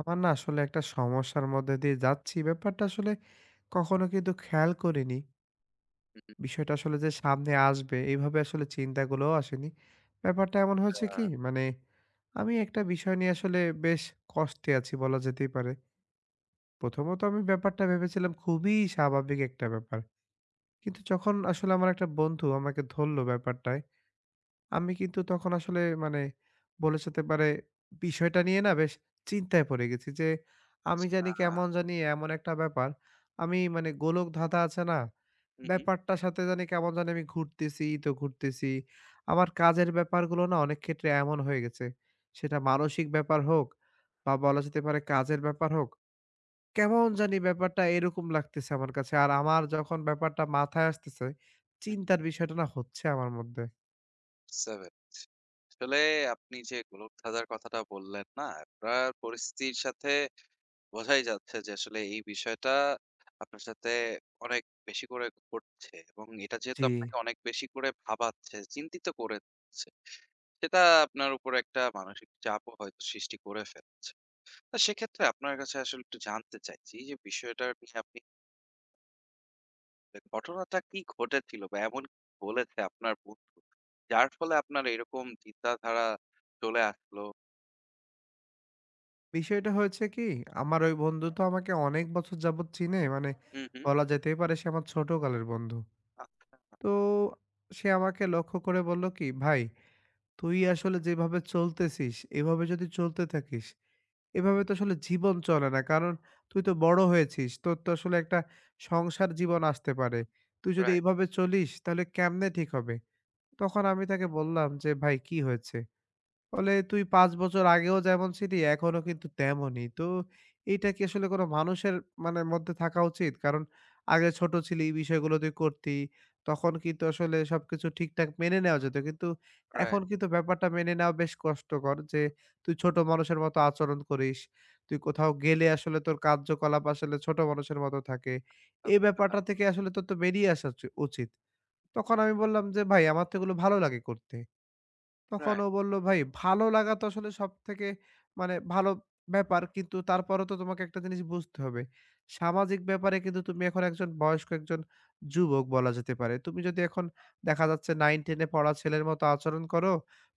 আমার না আসলে একটা সমস্যার মধ্যে দিয়ে যাচ্ছি। ব্যাপারটা আসলে কখনো কিন্তু খেয়াল করিনি। আচ্ছা। বিষয়টা আসলে যে সামনে আসবে এইভাবে আসলে চিন্তাগুলোও আসেনি। ব্যাপারটা এমন হয়েছে কি মানে আমি একটা বিষয় নিয়ে আসলে বেশ কষ্টে আছি বলা যেতেই পারে। প্রথমত আমি ব্যাপারটা ভেবেছিলাম খুবই স্বাভাবিক একটা ব্যাপার। কিন্তু যখন আসলে আমার একটা বন্ধু আমাকে ধরল ব্যাপারটায় আমি কিন্তু তখন আসলে মানে বলে যেতে পারে বিষয়টা নিয়ে না বেশ চিন্তায় পড়ে গেছি যে আমি জানি কেমন জানি এমন একটা ব্যাপার আমি মানে গোলক ধাঁধা আছে না হুম, হুম, ব্যাপারটার সাথে জানি কেমন জানি আমি ঘুরতেছি তো ঘুরতেছি আমার কাজের ব্যাপারগুলো না অনেক ক্ষেত্রে এমন হয়ে গেছে সেটা মানসিক ব্যাপার হোক বা বলা যেতে পারে কাজের ব্যাপার হোক কেমন জানি ব্যাপারটা এরকম লাগতেছে আমার কাছে আর আমার যখন ব্যাপারটা মাথায় আসতেছে হুম। চিন্তার বিষয়টা না হচ্ছে আমার মধ্যে বুঝতে পেরেছি। আসলে আপনি যে গোলক ধাঁধার কথাটা বললেন না, আপনার পরিস্থিতির সাথে বোঝাই যাচ্ছে যে আসলে এই বিষয়টা আপনার সাথে অনেক বেশি করে ঘটছে এবং এটা যেহেতু জি আপনাকে অনেক বেশি করে ভাবাচ্ছে, চিন্তিত করে দিচ্ছে, সেটা আপনার উপর একটা মানসিক চাপও হয়তো সৃষ্টি করে ফেলছে। তো সেক্ষেত্রে আপনার কাছে আসলে একটু জানতে চাইছি যে বিষয়টা নিয়ে আপনি ঘটনাটা কি ঘটেছিল বা এমন কি বলেছে আপনার বন্ধু, যার ফলে আপনার এরকম চিন্তাধারা চলে আসলো? বিষয়টা হয়েছে কি, আমার ওই বন্ধু তো আমাকে অনেক বছর যাবৎ চিনে। মানে হুম, হুম। বলা যেতেই পারে সে আমার ছোটকালের বন্ধু। আচ্ছা। তো সে আমাকে লক্ষ্য করে বলল কি, "ভাই, তুই আসলে যেভাবে চলতেছিস, এভাবে যদি চলতে থাকিস, এভাবে তো আসলে জীবন চলে না। কারণ তুই তো বড় হয়েছিস। তোর তো আসলে একটা সংসার জীবন আসতে পারে। তুই যদি রাইট, এভাবে চলিস তাহলে কেমনে ঠিক হবে?" তখন আমি তাকে বললাম যে, "ভাই, কি হয়েছে?" ফলে তুই ৫ বছর আগেও যেমন ছিলি এখনো কিন্তু তেমনই। তো এইটা কি আসলে কোনো মানুষের মানে মধ্যে থাকা উচিত? কারণ আগে ছোট ছিলি, এই বিষয়গুলো তুই করতি। তখন কিন্তু আসলে সবকিছু ঠিকঠাক মেনে নেওয়া যেত। কিন্তু এখন রাইট। কিন্তু ব্যাপারটা মেনে নেওয়া বেশ কষ্টকর যে তুই ছোট মানুষের মতো আচরণ করিস। তুই কোথাও গেলে আসলে তোর কার্যকলাপ আসলে ছোট মানুষের মতো থাকে। এই আচ্ছা। ব্যাপারটা থেকে আসলে তোর তো বেরিয়ে আসা উচিত। তখন আমি বললাম যে, "ভাই আমার তো এগুলো ভালো লাগে করতে।" তখন ও রাইট, বলল, "ভাই ভালো লাগা তো আসলে সবথেকে মানে ভালো ব্যাপার। কিন্তু তারপরেও তো তোমাকে একটা জিনিস বুঝতে হবে। সামাজিক ব্যাপারে কিন্তু তুমি এখন একজন বয়স্ক একজন যুবক বলা যেতে পারে। তুমি যদি এখন দেখা যাচ্ছে 9-10 এ পড়া ছেলের মতো আচরণ করো,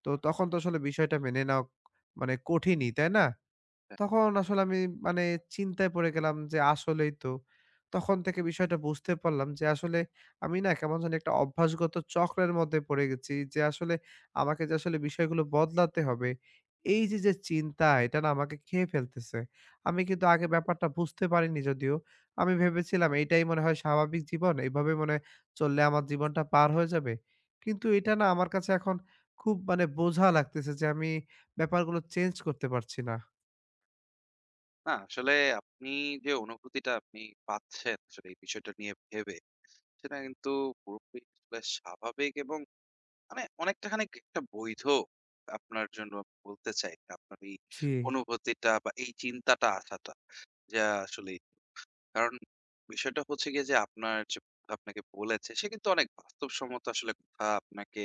তো তখন তো আসলে বিষয়টা মেনে নেওয়া মানে কঠিনই, তাই না? রাইট। তখন আসলে আমি মানে চিন্তায় পড়ে গেলাম যে আসলেই তো। তখন থেকে বিষয়টা বুঝতে পারলাম যে আসলে আমি না কেমন জানি একটা অভ্যাসগত চক্রের মধ্যে পড়ে গেছি। যে আসলে আমাকে যে আসলে বিষয়গুলো বদলাতে হবে, এই যে চিন্তা এটা না আমাকে খেয়ে ফেলতেছে। আমি কিন্তু আগে ব্যাপারটা বুঝতে পারিনি যদিও। আমি ভেবেছিলাম এইটাই মনে হয় স্বাভাবিক জীবন। এভাবে মনে হয় চললে আমার জীবনটা পার হয়ে যাবে। কিন্তু এটা না আমার কাছে এখন খুব মানে বোঝা লাগতেছে যে আমি ব্যাপারগুলো চেঞ্জ করতে পারছি না। না আসলে আপনি যে অনুভূতিটা আপনি পাচ্ছেন আসলে এই বিষয়টা নিয়ে ভেবে, সেটা কিন্তু পুরোপুরি বেশ স্বাভাবিক এবং মানে অনেকটা খানিক একটা বৈধ আপনার জন্য আমি বলতে চাই। আপনার এই জি, অনুভূতিটা বা এই চিন্তাটা আসাটা, যা আসলে কারণ বিষয়টা হচ্ছে গিয়ে যে আপনার যে কথা আপনাকে বলেছে সে কিন্তু অনেক বাস্তবসম্মত আসলে কথা আপনাকে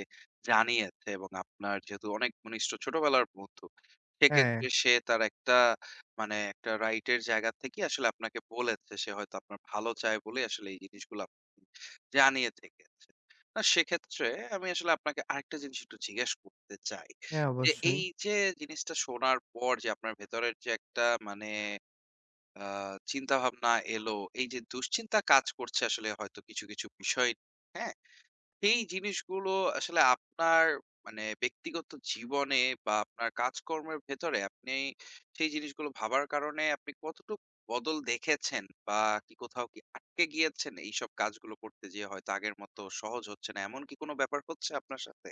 জানিয়েছে এবং আপনার যেহেতু অনেক ঘনিষ্ঠ ছোটবেলার বন্ধু হ্যাঁ, সেক্ষেত্রে সে তার একটা মানে একটা রাইটের জায়গা থেকে আসলে আপনাকে বলেছে সে হয়তো আপনার ভালো চায় বলে আসলে এই জিনিসগুলো আপনাকে জানিয়ে থেকেছে না সেক্ষেত্রে আমি আসলে আপনাকে আরেকটা জিনিস একটু জিজ্ঞেস করতে চাই হ্যাঁ যে অবশ্যই। এই যে জিনিসটা শোনার পর যে আপনার ভেতরের যে একটা মানে আ চিন্তাভাবনা এলো, এই যে দুশ্চিন্তা কাজ করছে আসলে হয়তো কিছু, কিছু বিষয়, হ্যাঁ? সেই জিনিসগুলো আসলে আপনার মানে ব্যক্তিগত জীবনে বা আপনার কাজকর্মের ভেতরে আপনি সেই জিনিসগুলো ভাবার কারণে আপনি কতটুক বদল দেখেছেন? বা কি কোথাও কি আটকে গিয়েছেন এইসব কাজগুলো করতে যেয়ে হয়তো আগের মতো সহজ হচ্ছে না। এমন কি কোনো ব্যাপার হচ্ছে আপনার সাথে?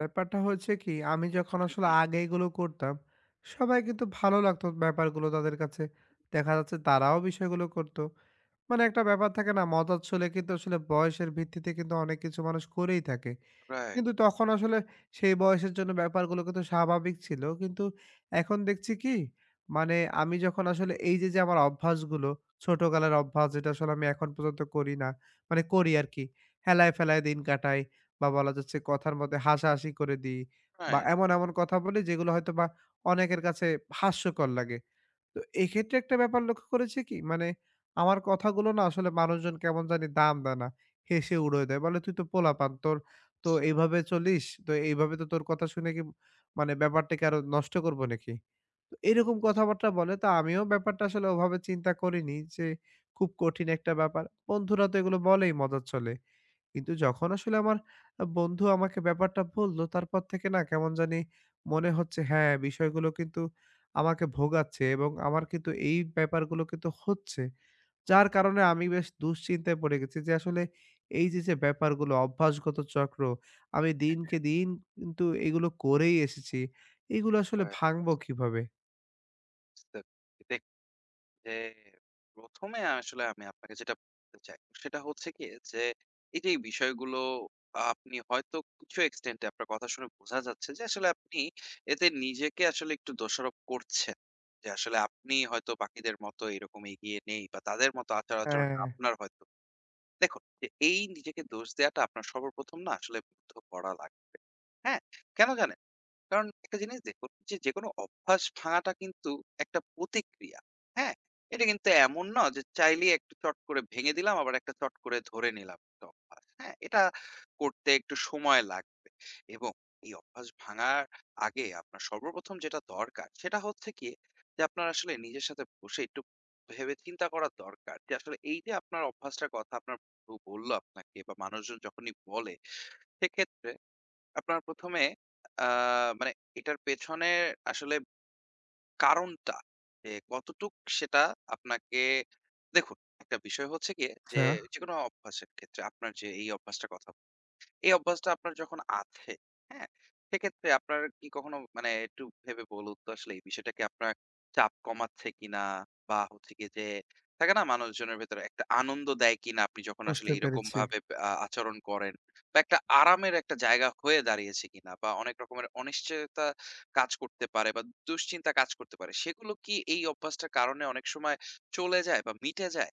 ব্যাপারটা হয়েছে কি, আমি যখন হুম, আসলে হুম। আগে এগুলো করতাম, সবাই কিন্তু ভালো লাগতো ব্যাপারগুলো তাদের কাছে। দেখা যাচ্ছে তারাও বিষয়গুলো করতো। মানে একটা ব্যাপার থাকে না, মত ছলে কিন্তু আসলে বয়সের ভিত্তিতে কিন্তু অনেক কিছু মানুষ করেই থাকে। রাইট, কিন্তু তখন আসলে সেই বয়সের জন্য ব্যাপারগুলো কিন্তু স্বাভাবিক ছিল। কিন্তু এখন দেখছি কি, মানে আমি যখন আসলে এই যে আমার অভ্যাসগুলো, ছোটকালের অভ্যাস যেটা আসলে আমি এখন পর্যন্ত করি না, মানে করি আরকি। হেলায় ফেলায় দিন কাটাই। বা বলা যাচ্ছে কথার মধ্যে হাসাহাসি করে দিই বা রাইট, এমন কথা বলি যেগুলো হয়তোবা অনেকের কাছে হাস্যকর লাগে। তো এক্ষেত্রে একটা ব্যাপার লক্ষ্য করেছি কি মানে আমার কথাগুলো না আসলে মানুষজন কেমন জানি দাম দেয় না। হেসে উড়িয়ে দেয়। বলে, "তুই তো পোলাপান। তোর তো এইভাবে চলিস। তো এইভাবে তো তোর কথা শুনে কি মানে ব্যাপারটাকে আরো নষ্ট করব নাকি?" তো এরকম কথাবার্তা বলে। তো আমিও ব্যাপারটা আসলে ওভাবে চিন্তা করিনি যে খুব কঠিন একটা ব্যাপার। বন্ধুরা তো এগুলো বলেই মজার ছলে। কিন্তু যখন আসলে আমার বন্ধু আমাকে ব্যাপারটা বলল, তারপর থেকে না কেমন জানি মনে হচ্ছে হ্যাঁ, বিষয়গুলো কিন্তু আমাকে ভোগাচ্ছে এবং আমার কিন্তু এই ব্যাপারগুলো কিন্তু হচ্ছে। যার কারণে আমি বেশ দুশ্চিন্তায় পড়ে গেছি যে আসলে এই যে ব্যাপারগুলো অভ্যাসগত চক্র, আমি দিনকে দিন কিন্তু এগুলো করেই এসেছি। এগুলো আসলে রাইট। ভাঙবো কিভাবে? যে ১ম এ আসলে আমি আপনাকে যেটা বলতে চাই, সেটা হচ্ছে কি যে এই যে এই বিষয়গুলো আপনি হয়তো কিছু extent এ আপনার কথা শুনে বোঝা যাচ্ছে যে আসলে আপনি এতে নিজেকে আসলে একটু দোষারোপ করছেন। যে আসলে আপনি হয়তো বাকিদের মতো এরকম এগিয়ে নেই বা তাদের মতো হ্যাঁ, আচার-আচরণটা আপনার হয়তো। দেখুন যে এই নিজেকে দোষ দেয়াটা আপনার সর্বপ্রথম না আসলে বন্ধ করা লাগবে। হ্যাঁ? কেন জানেন? কারণ একটা জিনিস দেখুন যে যেকোনো অভ্যাস ভাঙাটা কিন্তু একটা প্রতিক্রিয়া। হ্যাঁ? এটা কিন্তু এমন না যে চাইলেই একটু চট করে ভেঙে দিলাম আবার একটা চট করে ধরে নিলাম একটা অভ্যাস। হ্যাঁ? এটা করতে একটু সময় লাগবে এবং এই অভ্যাস ভাঙার আগে আপনার সর্বপ্রথম যেটা দরকার সেটা হচ্ছে গিয়ে যে আপনার আসলে নিজের সাথে বসে একটু ভেবে চিন্তা করা দরকার যে আসলে এই যে আপনার অভ্যাসটার কথা আপনার বউ বলল আপনাকে বা মানুষজন যখনই বলে সেক্ষেত্রে আপনার ১ম এ আ মানে এটার পেছনে আসলে কারণটা যে কতটুক সেটা আপনাকে দেখুন, একটা বিষয় হচ্ছে গিয়ে আচ্ছা যে যেকোনো অভ্যাসের ক্ষেত্রে আপনার যে এই অভ্যাসটার কথা এই অভ্যাসটা আপনার যখন আছে, হ্যাঁ? সেক্ষেত্রে আপনার কি কখনো মানে একটু ভেবে বলুন তো আসলে এই বিষয়টা কি আপনার চাপ কমাচ্ছে কিনা? বা হচ্ছে গিয়ে যে থাকে না মানুষজনের ভেতরে একটা আনন্দ দেয় কিনা আপনি যখন আসলে বুঝতে পেরেছি। এইরকমভাবে আচরণ করেন? বা একটা আরামের একটা জায়গা হয়ে দাঁড়িয়েছে কিনা? বা অনেক রকমের অনিশ্চয়তা কাজ করতে পারে বা দুশ্চিন্তা কাজ করতে পারে। সেগুলো কি এই অভ্যাসটার কারণে অনেক সময় চলে যায় বা মিটে যায়?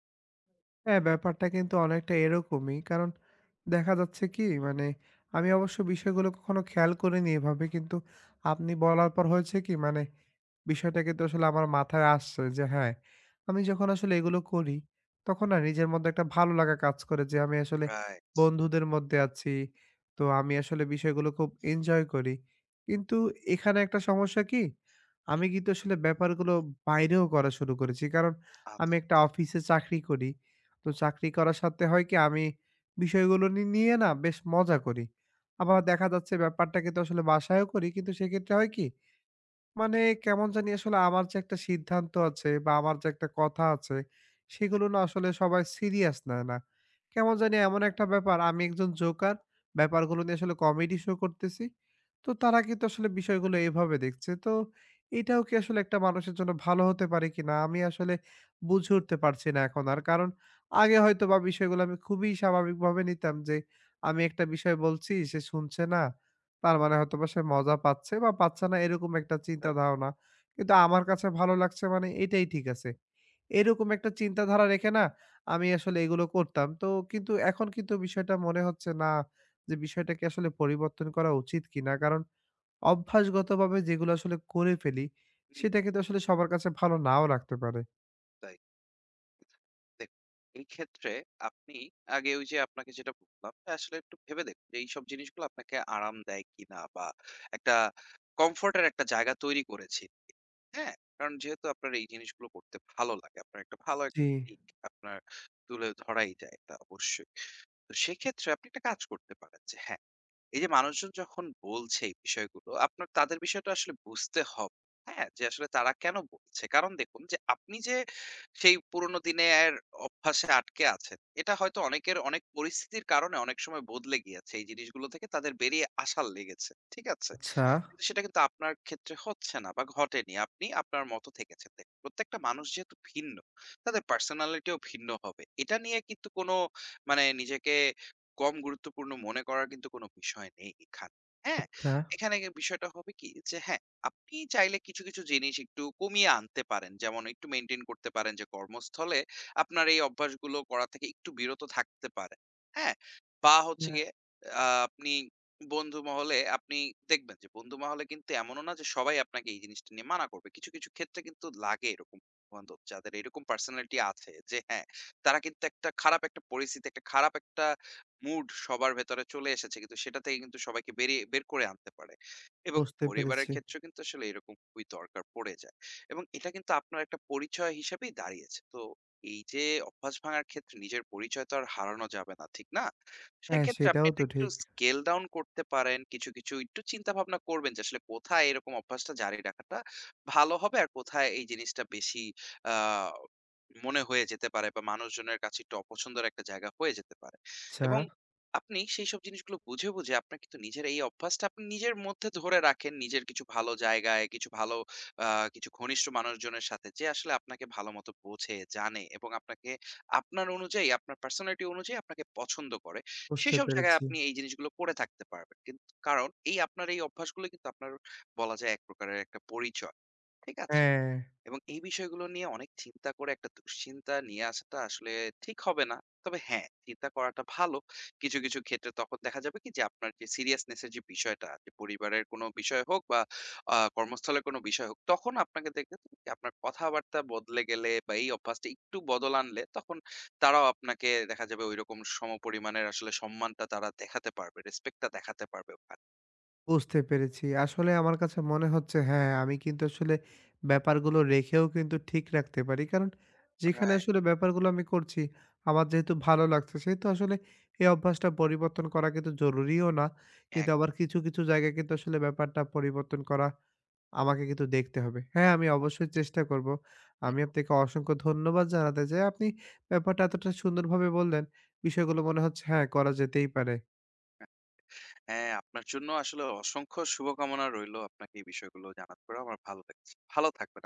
হ্যাঁ, ব্যাপারটা কিন্তু অনেকটা এরকমই। কারণ দেখা যাচ্ছে কি মানে আমি অবশ্য বিষয়গুলো কখনো খেয়াল করিনি এভাবে। কিন্তু আপনি বলার পর হয়েছে কি মানে বিষয়টা কিন্তু আসলে আমার মাথায় আসছে যে হ্যাঁ, আমি যখন আসলে এগুলো করি, তখন না নিজের মধ্যে একটা ভালো লাগা কাজ করে যে আমি আসলে রাইট। বন্ধুদের মধ্যে আছি। তো আমি আসলে বিষয়গুলো খুব এনজয় করি। কিন্তু এখানে একটা সমস্যা কি? হুম, আমি কিন্তু আসলে ব্যাপারগুলো বাইরেও করা শুরু করেছি। কারণ আমি আচ্ছা। একটা অফিসে চাকরি করি। তো চাকরি করার সাথে হয় কি আমি বিষয়গুলো নিয়ে না বেশ মজা করি। আবার দেখা যাচ্ছে ব্যাপারটা কিন্তু আসলে বাসায়ও করি। কিন্তু সেক্ষেত্রে হয় কি মানে কেমন জানি আসলে আমার যে একটা সিদ্ধান্ত আছে বা আমার যে একটা কথা আছে সেগুলো না আসলে সবাই সিরিয়াস নেয় না। কেমন জানি এমন একটা ব্যাপার আমি একজন জোকার, ব্যাপারগুলো নিয়ে আসলে কমেডি শো করতেছি। তো তারা কিন্তু আসলে বিষয়গুলো এভাবে দেখছে। তো এটাও কি আসলে একটা মানুষের জন্য ভালো হতে পারে কিনা? আমি আসলে বুঝে উঠতে পারছি না এখন আর। কারণ আগে হয়তোবা বিষয়গুলো আমি খুবই স্বাভাবিকভাবে নিতাম যে আমি একটা বিষয় বলছি সে শুনছে না। তার মানে হয়তোবা সে মজা পাচ্ছে বা পাচ্ছে না এরকম একটা চিন্তা ধারণা। কিন্তু আমার কাছে ভালো লাগছে মানে এটাই ঠিক আছে। এরকম একটা চিন্তাধারা রেখে না আমি আসলে এগুলো করতাম। তো কিন্তু এখন কিন্তু বিষয়টা মনে হচ্ছে না যে বিষয়টা কি আসলে পরিবর্তন করা উচিত কিনা? কারণ অভ্যাসগতভাবে যেগুলো আসলে করে ফেলি হুম, সেটা কিন্তু আসলে সবার কাছে ভালো নাও লাগতে পারে। তাই। দেখুন, এই ক্ষেত্রে আপনি আগে ওই যে আপনাকে যেটা বললাম আসলে একটু ভেবে দেখুন যে এইসব জিনিসগুলো আপনাকে আরাম দেয় কিনা বা একটা কমফোর্টের একটা জায়গা তৈরি করেছি হ্যাঁ কারণ যেহেতু আপনার এই জিনিসগুলো করতে ভালো লাগে আপনার একটা ভালো জি, একটা দিক আপনার তুলে ধরাই যায় তা অবশ্যই তো সেক্ষেত্রে আপনি একটা কাজ করতে পারেন যে হ্যাঁ এই যে মানুষজন যখন বলছে এই বিষয়গুলো, আপনার তাদের বিষয়টা আসলে বুঝতে হবে। হ্যাঁ? যে আসলে তারা কেন বলছে? কারণ দেখুন যে আপনি যে সেই পুরোনো দিনের অভ্যাসে আটকে আছেন, এটা হয়তো অনেকের অনেক পরিস্থিতির কারণে অনেক সময় বদলে গিয়েছে। এই জিনিসগুলো থেকে তাদের বেরিয়ে আসা লেগেছে। ঠিক আছে? আচ্ছা, কিন্তু সেটা কিন্তু আপনার ক্ষেত্রে হচ্ছে না বা ঘটেনি। আপনি আপনার মতো থেকেছেন। দেখুন, প্রত্যেকটা মানুষ যেহেতু ভিন্ন, তাদের পার্সোনালিটিও ভিন্ন হবে। এটা নিয়ে কিন্তু কোনো মানে নিজেকে কম গুরুত্বপূর্ণ মনে করার কিন্তু কোনো বিষয় নেই এখানে। হ্যাঁ? আচ্ছা। এখানে গিয়ে বিষয়টা হবে কি যে হ্যাঁ, আপনি চাইলে কিছু, কিছু জিনিস একটু কমিয়ে আনতে পারেন। যেমন একটু মেইনটেইন করতে পারেন যে কর্মস্থলে আপনার এই অভ্যাসগুলো করা থেকে একটু বিরত থাকতে পারেন। হ্যাঁ? বা হচ্ছে হ্যাঁ, গিয়ে আপনি বন্ধু মহলে আপনি দেখবেন যে বন্ধু মহলে কিন্তু এমনও না যে সবাই আপনাকে এই জিনিসটা নিয়ে মানা করবে। কিছু, কিছু ক্ষেত্রে কিন্তু লাগে এরকম বন্ধু-বান্ধব যাদের এরকম পার্সোনালিটি আছে যে হ্যাঁ, তারা কিন্তু একটা খারাপ একটা পরিস্থিতি, একটা খারাপ একটা মুড সবার ভেতরে চলে এসেছে কিন্তু সেটা থেকে কিন্তু সবাইকে বেরিয়ে বের করে আনতে পারে। এবং বুঝতে পরিবারের পেরেছি। ক্ষেত্রেও কিন্তু আসলে এরকম খুবই দরকার পড়ে যায়। এবং এটা কিন্তু আপনার একটা পরিচয় হিসেবেই দাঁড়িয়েছে। তো এই যে অভ্যাস ভাঙার ক্ষেত্রে নিজের পরিচয় তো আর হারানো যাবে না, ঠিক না? হ্যাঁ, সেক্ষেত্রে আপনি সেটাও এটা তো একটু ঠিক। স্কেল ডাউন করতে পারেন। কিছু, কিছু একটু চিন্তাভাবনা করবেন যে আসলে কোথায় এরকম অভ্যাসটা জারি রাখাটা ভালো হবে আর কোথায় এই জিনিসটা বেশি আ মনে হয়ে যেতে পারে বা মানুষজনের কাছে একটু অপছন্দের একটা জায়গা হয়ে যেতে পারে। আচ্ছা, এবং আপনি সেই সব জিনিসগুলো বুঝে, বুঝে আপনার কিন্তু নিজের এই অভ্যাসটা আপনি নিজের মধ্যে ধরে রাখেন। নিজের কিছু ভালো জায়গায়, কিছু ভালো আ কিছু ঘনিষ্ঠ মানুষজনের সাথে যে আসলে আপনাকে ভালোমতো বোঝে, জানে এবং আপনাকে আপনার অনুযায়ী, আপনার পার্সোনালিটি অনুযায়ী আপনাকে পছন্দ করে। বুঝতে সেসব জায়গায় পেরেছি। আপনি এই জিনিসগুলো করে থাকতে পারবেন। কারণ এই আপনার এই অভ্যাসগুলো কিন্তু আপনার বলা যায় এক প্রকারের একটা পরিচয়। ঠিক আছে? হ্যাঁ। এবং এই বিষয়গুলো নিয়ে অনেক চিন্তা করে একটা দুশ্চিন্তা নিয়ে আসাটা আসলে ঠিক হবে না। তবে হ্যাঁ, চিন্তা করাটা ভালো। কিছু, কিছু ক্ষেত্রে তখন দেখা যাবে কি যে আপনার যে সিরিয়াসনেস এর যে বিষয়টা আছে, পরিবারের কোনো বিষয় হোক বা কর্মস্থলের কোনো বিষয় হোক, তখন আপনাকে দেখবে তো কি আপনার কথাবার্তা বদলে গেলে বা এই অভ্যাসটা একটু বদল আনলে তখন তারাও আপনাকে দেখা যাবে ঐরকম সমপরিমাণের আসলে সম্মানটা তারা দেখাতে পারবে। রেসপেক্ট টা দেখাতে পারবে। বুঝতে পেরেছি। আসলে আমার কাছে মনে হচ্ছে হ্যাঁ, আমি কিন্তু আসলে ব্যাপারগুলো রেখেও কিন্তু ঠিক রাখতে পারি। কারণ যেখানে রাইট, আসলে ব্যাপারগুলো আমি করছি, আমার যেহেতু ভালো লাগছে, সেহেতু আসলে এই অভ্যাসটা পরিবর্তন করা কিন্তু জরুরিও না। কিন্তু আবার কিছু, কিছু জায়গায় কিন্তু আসলে ব্যাপারটা পরিবর্তন করা আমাকে কিন্তু দেখতে হবে। হ্যাঁ, আমি অবশ্যই চেষ্টা করব। একদম। আমি আপনাকে অসংখ্য ধন্যবাদ জানাতে চাই। আপনি ব্যাপারটা এতটা সুন্দরভাবে বললেন, বিষয়গুলো মনে হচ্ছে হ্যাঁ, করা যেতেই পারে। হ্যাঁ, আপনার জন্য আসলে অসংখ্য শুভকামনা রইলো। আপনাকে এই বিষয়গুলো জানার পরেও আমার ভালো লাগছে। ভালো থাকবেন আপনি।